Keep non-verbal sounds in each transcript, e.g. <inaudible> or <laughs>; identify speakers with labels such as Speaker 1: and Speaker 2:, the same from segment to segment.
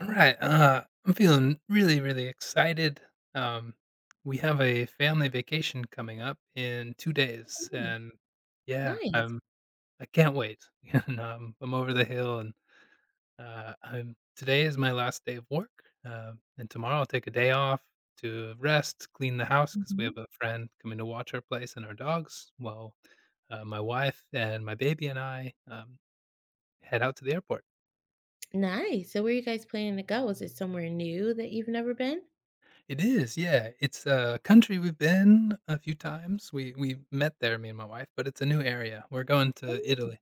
Speaker 1: All right. I'm feeling really, really excited. Um, we have a family vacation coming up in 2 days,
Speaker 2: Nice,
Speaker 1: and yeah,
Speaker 2: nice.
Speaker 1: I can't wait. <laughs> and I'm over the hill, and I'm today is my last day of work, and tomorrow I'll take a day off to rest, clean the house because we have
Speaker 2: Mhm.
Speaker 1: a friend coming to watch our place and our dogs. My wife and my baby and I head out to the airport.
Speaker 2: Nice. So where are you guys planning to go? Is it somewhere new that you've never been?
Speaker 1: It is, yeah. It's a country we've been a few times. We met there, me and my wife, but it's a new area. We're going to
Speaker 2: Oh,
Speaker 1: Italy.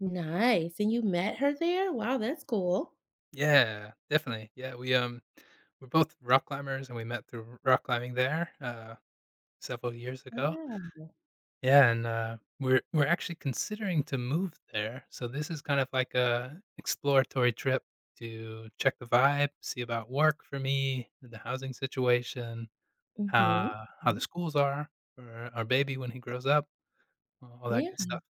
Speaker 2: nice. And you met her there? Wow, that's cool.
Speaker 1: Yeah, definitely. Yeah, we're both rock climbers and we met through rock climbing there several years ago.
Speaker 2: Wow.
Speaker 1: Yeah, and we're actually considering to move there. So this is kind of like a exploratory trip to check the vibe, see about work for me, the housing situation,
Speaker 2: Mhm.
Speaker 1: how the
Speaker 2: Mhm.
Speaker 1: schools are for our baby when he grows up. Well, all that
Speaker 2: Yeah.
Speaker 1: good stuff.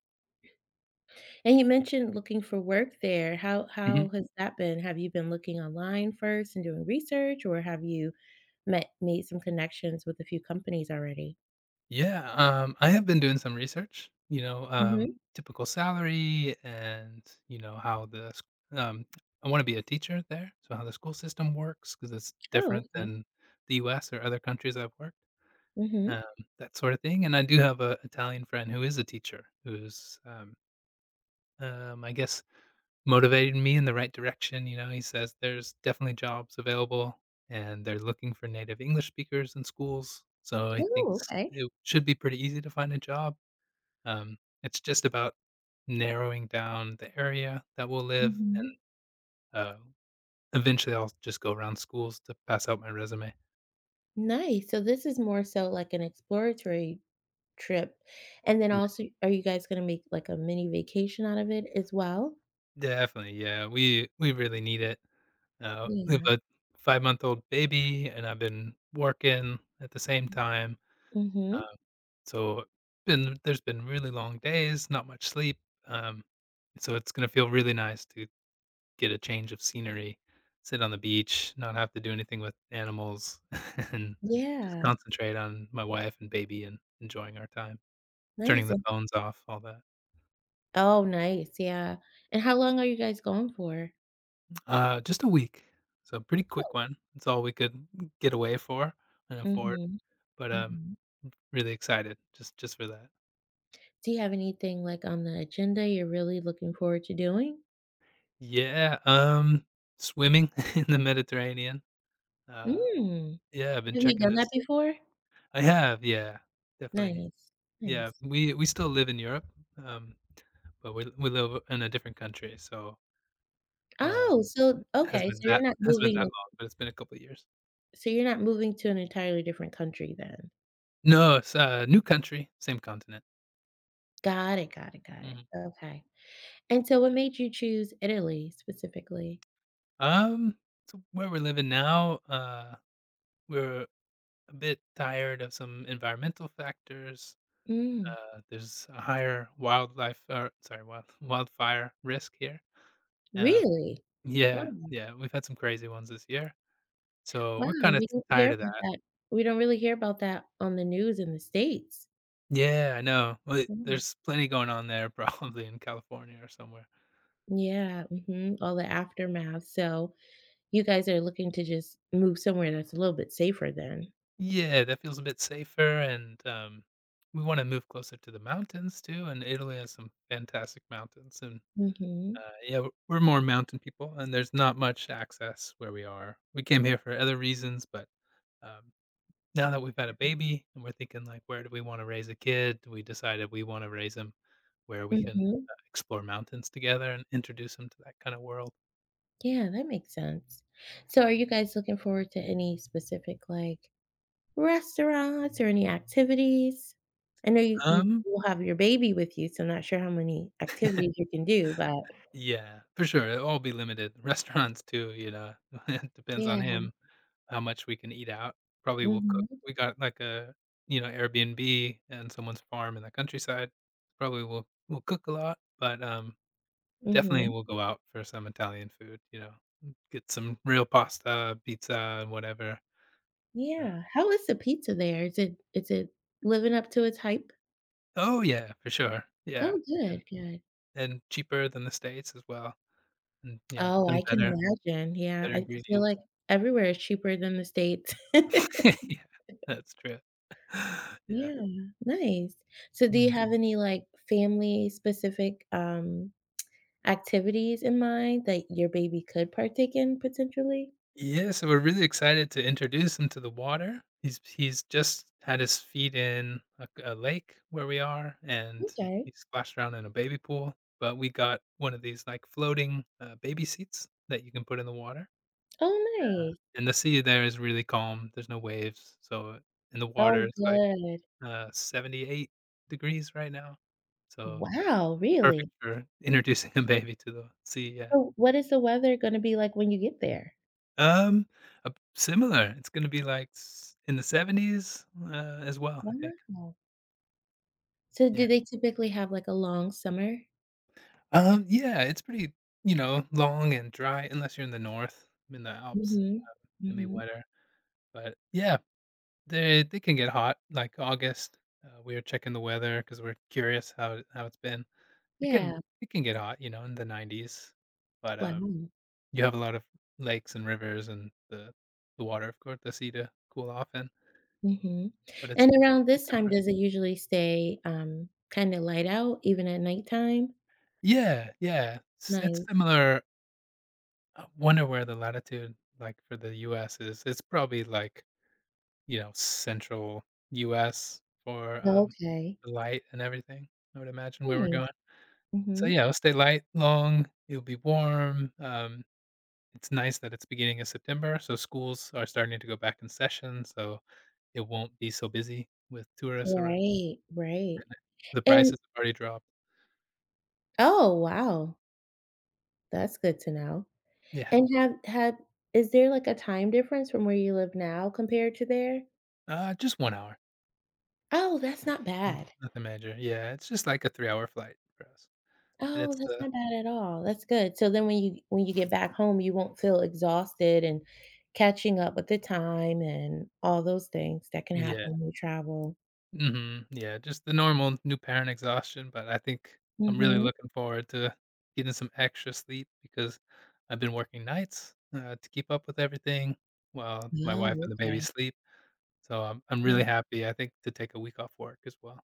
Speaker 2: And you mentioned looking for work there. How
Speaker 1: Mhm.
Speaker 2: how has that been? Have you been looking online first and doing research, or have you? Met made some connections with a few companies already?
Speaker 1: Yeah, I have been doing some research,
Speaker 2: Mhm.
Speaker 1: typical salary and, you know, how the s um, I wanna be a teacher there, so how the school system works because it's
Speaker 2: Oh,
Speaker 1: different
Speaker 2: okay.
Speaker 1: than the US or other countries I've worked,
Speaker 2: Mhm.
Speaker 1: um, that sorta thing, and I do have a Italian friend who is a teacher who's, I guess motivated me in the right direction. You know, he says there's definitely jobs available and they're looking for native English speakers in schools, so he
Speaker 2: Oh,
Speaker 1: thinks
Speaker 2: okay.
Speaker 1: it should be pretty easy to find a job. Um, it's just about narrowing down the area that we'll live and,
Speaker 2: Mhm.
Speaker 1: uh, eventually I'll just go around schools to pass out my resume.
Speaker 2: Nice. So this is more so like an exploratory trip. And then
Speaker 1: Yeah.
Speaker 2: also are you guys gonna make, like, a mini vacation out of it as well?
Speaker 1: Definitely, yeah, we really need it. We have
Speaker 2: Yeah.
Speaker 1: a five-month-old baby, and I've been working at the same time. Uh,
Speaker 2: Mhm.
Speaker 1: So, been there's been really long days, not much sleep, um, so it's gonna feel really nice to get a change of scenery, sit on the beach, not have to do anything with animals, <laughs> and just
Speaker 2: Yeah.
Speaker 1: concentrate on my wife and baby and enjoying our time, turning
Speaker 2: Nice,
Speaker 1: the
Speaker 2: and
Speaker 1: phones off, all that.
Speaker 2: oh, nice, yeah. And how long are you guys going for?
Speaker 1: Just a week, so pretty
Speaker 2: Oh.
Speaker 1: quick one. It's all we could get away for and afford,
Speaker 2: Mhm,
Speaker 1: but
Speaker 2: mhm.
Speaker 1: really excited just for that.
Speaker 2: Do you have anything, like, on the agenda you're really looking forward to doing?
Speaker 1: Yeah, swimming <laughs> in the Mediterranean. uh
Speaker 2: Mm.
Speaker 1: Yeah, I've been
Speaker 2: Have you
Speaker 1: checking
Speaker 2: done that
Speaker 1: this
Speaker 2: before?
Speaker 1: I have, yeah, definitely.
Speaker 2: Nice,
Speaker 1: Yeah,
Speaker 2: nice.
Speaker 1: we still live in Europe, um, but we live in a different country, so, uh,
Speaker 2: Oh, so
Speaker 1: it
Speaker 2: okay,
Speaker 1: hasn't been that long, but it's been a couple of years.
Speaker 2: so you're not moving to an entirely different country then.
Speaker 1: No, it's a new country, same continent.
Speaker 2: Got it, got it, got it.
Speaker 1: Mhm.
Speaker 2: Okay. And so what made you choose Italy specifically?
Speaker 1: Um, so where we're living now, we're a bit tired of some environmental factors.
Speaker 2: Mm,
Speaker 1: There's a higher wildlife or sorry, wild <laughs> wildfire risk here. Um,
Speaker 2: really? Wow,
Speaker 1: yeah, we've had some crazy ones this year. So, we're
Speaker 2: wow,
Speaker 1: kinda
Speaker 2: we don't hear
Speaker 1: tired of
Speaker 2: about
Speaker 1: that.
Speaker 2: that. We don't really hear about that on the news in the States.
Speaker 1: Yeah, I know, but
Speaker 2: Mm.
Speaker 1: there's plenty going on there <laughs> probably in California or somewhere.
Speaker 2: Yeah, mhm, all the aftermath, so you guys are looking to just move somewhere that's a little bit safer then.
Speaker 1: Yeah, that feels a bit safer and, we wanna move closer to the mountains too, and Italy has some fantastic mountains and,
Speaker 2: Mhm,
Speaker 1: yeah, we're more mountain people and there's not much access where we are. We came here for other reasons, but, um now that we've had a baby and we're thinking like where do we want to raise a kid, we decided we want to raise him where we can
Speaker 2: mhm.
Speaker 1: explore mountains together and introduce him to that kind of world.
Speaker 2: Yeah, that makes sense. So are you guys looking forward to any specific, like, restaurants or any activities? I know you
Speaker 1: um
Speaker 2: will have your baby with you, so I'm not sure how many activities you can do, but
Speaker 1: yeah, for sure it'll all be limited. <laughs> Restaurants too, you know, <laughs> it depends
Speaker 2: yeah.
Speaker 1: on him how much we can eat out. Probably we'll cook.
Speaker 2: Mhm,
Speaker 1: We got like a, you know, airbnb and someone's farm in the countryside. Probably we'll cook a lot, but definitely
Speaker 2: mhm.
Speaker 1: we'll go out for some Italian food, you know, get some real pasta, pizza, and whatever. Uh
Speaker 2: Yeah. How is the pizza there? Is it living up to its hype?
Speaker 1: Oh, yeah, for sure. Yeah,
Speaker 2: Oh,
Speaker 1: and
Speaker 2: good, good.
Speaker 1: cheaper than the States as well, and yeah,
Speaker 2: Oh,
Speaker 1: done
Speaker 2: I can
Speaker 1: better,
Speaker 2: imagine. Yeah,
Speaker 1: better
Speaker 2: I feel
Speaker 1: ingredients.
Speaker 2: like everywhere is cheaper than the States. <laughs>
Speaker 1: <laughs> Yeah, that's true. <laughs> Yeah.
Speaker 2: Yeah, nice. So do you
Speaker 1: Mm.
Speaker 2: have any, like, family specific, activities in mind that your baby could partake in potentially?
Speaker 1: Yeah, so we're really excited to introduce him to the water. He's just had his feet in a lake where we are, and
Speaker 2: Okay.
Speaker 1: he splashed around in a baby pool. But we got one of these like floating baby seats that you can put in the water,
Speaker 2: Oh, nice.
Speaker 1: and the sea there is really calm. There's no waves, so in the water
Speaker 2: Oh,
Speaker 1: it's like
Speaker 2: good.
Speaker 1: 78 degrees right now, so
Speaker 2: Wow, really?
Speaker 1: perfect for introducing a baby to the sea. Yeah.
Speaker 2: So what is the weather gonna be like when you get there?
Speaker 1: Um, Similar. It's gonna be, like, s in the 70s, as well, I think.
Speaker 2: Wow. So do
Speaker 1: Yeah.
Speaker 2: they typically have, like, a long summer?
Speaker 1: Yeah, it's pretty, you know, long and dry unless you're in the north, I'm in the Alps,
Speaker 2: Mhm.
Speaker 1: it can be
Speaker 2: Mhm.
Speaker 1: wetter, but, yeah, they can get hot, like, August. We were checking the weather because 'cause we're curious how it's been. It can
Speaker 2: Yeah.
Speaker 1: it can get hot, you know, in the 90s, but
Speaker 2: Wow.
Speaker 1: you have a lot of lakes and rivers and the water, of course, the sea to cool off in,
Speaker 2: Mhm.
Speaker 1: but it's
Speaker 2: And around
Speaker 1: pretty
Speaker 2: this time,
Speaker 1: temperate.
Speaker 2: does it usually stay, kinda light out even at nighttime?
Speaker 1: Yeah, yeah. It's
Speaker 2: Nice.
Speaker 1: similar. I wonder where the latitude, like, for the US is. It's probably, like, you know, central US for,
Speaker 2: Okay.
Speaker 1: the light and everything, I would imagine where we're
Speaker 2: Nice.
Speaker 1: going. So,
Speaker 2: Mhm.
Speaker 1: yeah, it'll stay light long, it'll be warm, it's nice that it's beginning of September, so schools are starting to go back in session, so it won't be so busy with tourists around.
Speaker 2: Right, right.
Speaker 1: The
Speaker 2: And
Speaker 1: prices have already dropped.
Speaker 2: oh, wow. That's good to know.
Speaker 1: Yeah.
Speaker 2: And have is there, like, a time difference from where you live now compared to there?
Speaker 1: Just 1 hour.
Speaker 2: Oh, that's not
Speaker 1: N
Speaker 2: bad.
Speaker 1: Nothing major. Yeah, it's just like a 3-hour flight for us. And
Speaker 2: Oh,
Speaker 1: it's
Speaker 2: that's
Speaker 1: the
Speaker 2: not bad at all. That's good. So then when you get back home, you won't feel exhausted and catching up with the time and all those things that can
Speaker 1: Yeah.
Speaker 2: happen when you travel.
Speaker 1: Mhm. Yeah, just the normal new parent exhaustion, but I think I'm really
Speaker 2: Mhm.
Speaker 1: looking forward to getting some extra sleep because I've been working nights, to keep up with everything while my
Speaker 2: Oh,
Speaker 1: wife and the baby
Speaker 2: okay.
Speaker 1: sleep. So I'm really
Speaker 2: Yeah.
Speaker 1: happy, I think, to take a week off work as well.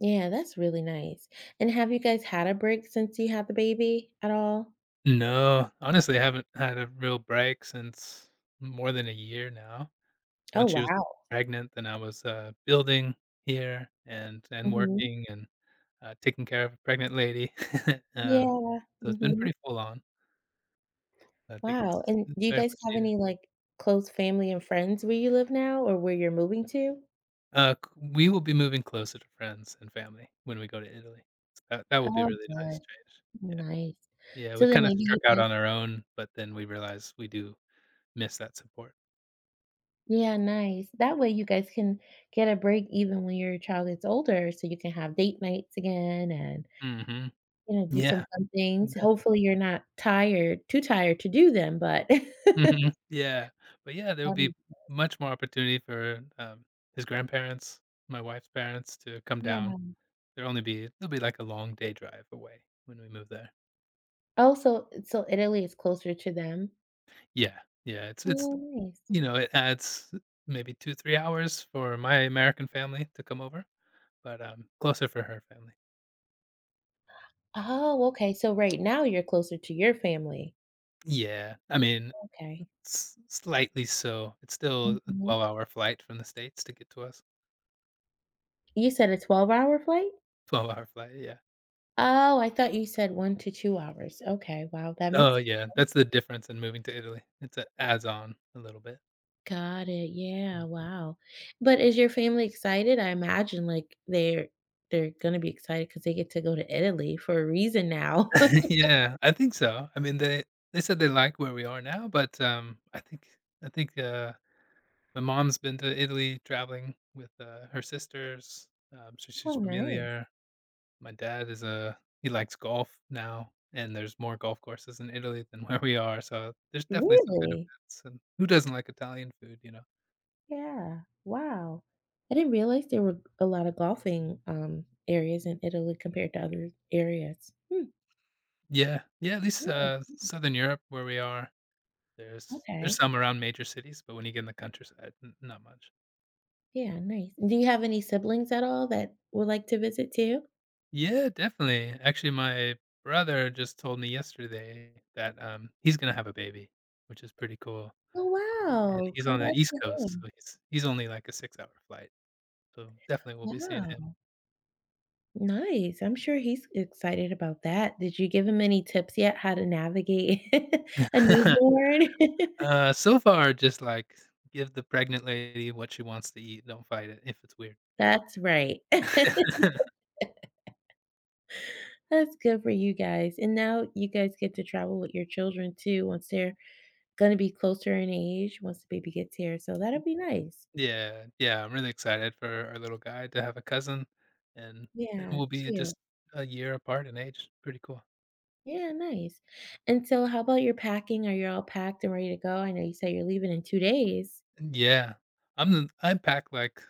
Speaker 2: Yeah, that's really nice. And have you guys had a break since you had the baby at all?
Speaker 1: No, honestly, I haven't had a real break since more than a year now. When
Speaker 2: Oh,
Speaker 1: she was
Speaker 2: wow.
Speaker 1: pregnant, then I was, building here and
Speaker 2: Mhm.
Speaker 1: working and taking care of a pregnant lady. <laughs> Um,
Speaker 2: Yeah.
Speaker 1: so it's been
Speaker 2: Mhm.
Speaker 1: pretty full on. I think
Speaker 2: Wow,
Speaker 1: it's
Speaker 2: and do
Speaker 1: it's
Speaker 2: you
Speaker 1: very
Speaker 2: guys
Speaker 1: much
Speaker 2: have
Speaker 1: needed.
Speaker 2: any, like, close family and friends where you live now or where you're moving to?
Speaker 1: C We will be moving closer to friends and family when we go to Italy. That will be
Speaker 2: Oh,
Speaker 1: really nice
Speaker 2: good.
Speaker 1: change. Yeah.
Speaker 2: Nice.
Speaker 1: Yeah, we
Speaker 2: So then
Speaker 1: kinda
Speaker 2: maybe you
Speaker 1: struck out
Speaker 2: guys
Speaker 1: on our own, but then we realized we do miss that support.
Speaker 2: Yeah, nice. That way you guys can get a break even when your child gets older so you can have date nights again and,
Speaker 1: Mhm.
Speaker 2: you know, do
Speaker 1: Yeah,
Speaker 2: some fun things.
Speaker 1: imagine.
Speaker 2: Hopefully, you're not tired too tired to do them, but <laughs>
Speaker 1: Mhm. Yeah. But, yeah, there would
Speaker 2: Um,
Speaker 1: be much more opportunity for, his grandparents, my wife's parents to come
Speaker 2: yeah.
Speaker 1: down. There'll only be It'll be like a long day drive away when we move there.
Speaker 2: Also, so Italy is closer to them?
Speaker 1: Yeah, yeah, it's
Speaker 2: Oh, nice.
Speaker 1: you know, it adds maybe 2, 3 hours for my American family to come over, but closer for her family.
Speaker 2: Oh, okay, so right now you're closer to your family.
Speaker 1: Yeah, I mean,
Speaker 2: Okay.
Speaker 1: s slightly so. It's still a
Speaker 2: Mhm.
Speaker 1: 12-hour flight from the States to get to us.
Speaker 2: You said a 12-hour flight?
Speaker 1: 12-hour flight, yeah.
Speaker 2: Oh, I thought you said 1 to 2 hours. Okay, wow, that
Speaker 1: Oh,
Speaker 2: makes
Speaker 1: yeah, that's the difference in moving to Italy. It's a adds on a little bit.
Speaker 2: got it, yeah,
Speaker 1: Mm.
Speaker 2: wow. But is your family excited? I imagine, like, they're gonna be excited because they get to go to Italy for a reason now. <laughs>
Speaker 1: <laughs> Yeah, I think so. I mean, they said they like where we are now, but, I think, uh my mom's been to Italy traveling with, her sisters, so she's
Speaker 2: Oh, nice.
Speaker 1: familiar. My dad is a He likes golf now, and there's more golf courses in Italy than <laughs> where we are, so there's definitely some
Speaker 2: Really?
Speaker 1: benefits, and who doesn't like Italian food, you know?
Speaker 2: Yeah, wow. I didn't realize there were a lot of golfing, areas in Italy compared to other areas. Hmm,
Speaker 1: Yeah, yeah, at least,
Speaker 2: good,
Speaker 1: Southern Europe where we are, there's
Speaker 2: okay.
Speaker 1: some around major cities, but when you get in the countryside, n not much.
Speaker 2: Yeah, nice. Do you have any siblings at all that would like to visit too?
Speaker 1: Yeah, definitely. Actually, my brother just told me yesterday that, he's gonna have a baby, which is pretty cool.
Speaker 2: Oh,
Speaker 1: And
Speaker 2: wow.
Speaker 1: he's on the
Speaker 2: Congrats
Speaker 1: East
Speaker 2: to
Speaker 1: Coast,
Speaker 2: him.
Speaker 1: so he's only like a 6-hour flight, so definitely we'll be seeing him.
Speaker 2: Wow. Nice. I'm sure he's excited about that. Did you give him any tips yet how to navigate <laughs> a
Speaker 1: <laughs>
Speaker 2: newborn? <laughs>
Speaker 1: So far, just, like, give the pregnant lady what she wants to eat, don't fight it if it's weird.
Speaker 2: That's right. <laughs>
Speaker 1: <laughs>
Speaker 2: That's good for you guys. And now you guys get to travel with your children too once they're going to be closer in age, once the baby gets here. So that'll be nice.
Speaker 1: Yeah, yeah, I'm really excited for our little guy to have a cousin, and
Speaker 2: Yeah,
Speaker 1: we'll be
Speaker 2: cute.
Speaker 1: just a year apart in age, pretty cool.
Speaker 2: Yeah, nice. And so how about your packing? Are you all packed and ready to go? I know you said you're leaving in 2 days.
Speaker 1: Yeah, I pack, like,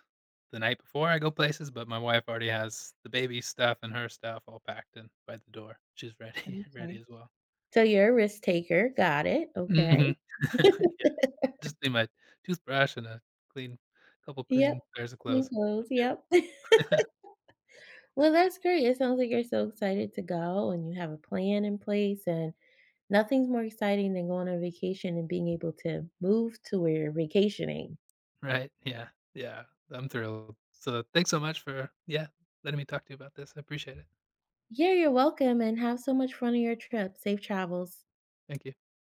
Speaker 1: the night before I go places, but my wife already has the baby stuff and her stuff all packed and by the door. She's ready <laughs> ready
Speaker 2: Okay.
Speaker 1: as well.
Speaker 2: So you're a risk taker, got it, okay.
Speaker 1: Mhm.
Speaker 2: <laughs>
Speaker 1: <laughs> Just need my toothbrush and a clean couple clean
Speaker 2: Yep,
Speaker 1: pairs of
Speaker 2: clean
Speaker 1: clothes.
Speaker 2: clothes,
Speaker 1: I'm good.
Speaker 2: yep. <laughs> Well, that's great, it sounds like you're so excited to go and you have a plan in place, and nothing's more exciting than going on vacation and being able to move to where you're vacationing.
Speaker 1: Right, yeah, yeah, I'm thrilled. So, thanks so much for, yeah, letting me talk to you about this. I appreciate it.
Speaker 2: Yeah, you're welcome, and have so much fun on your trip. Safe travels.
Speaker 1: Thank you.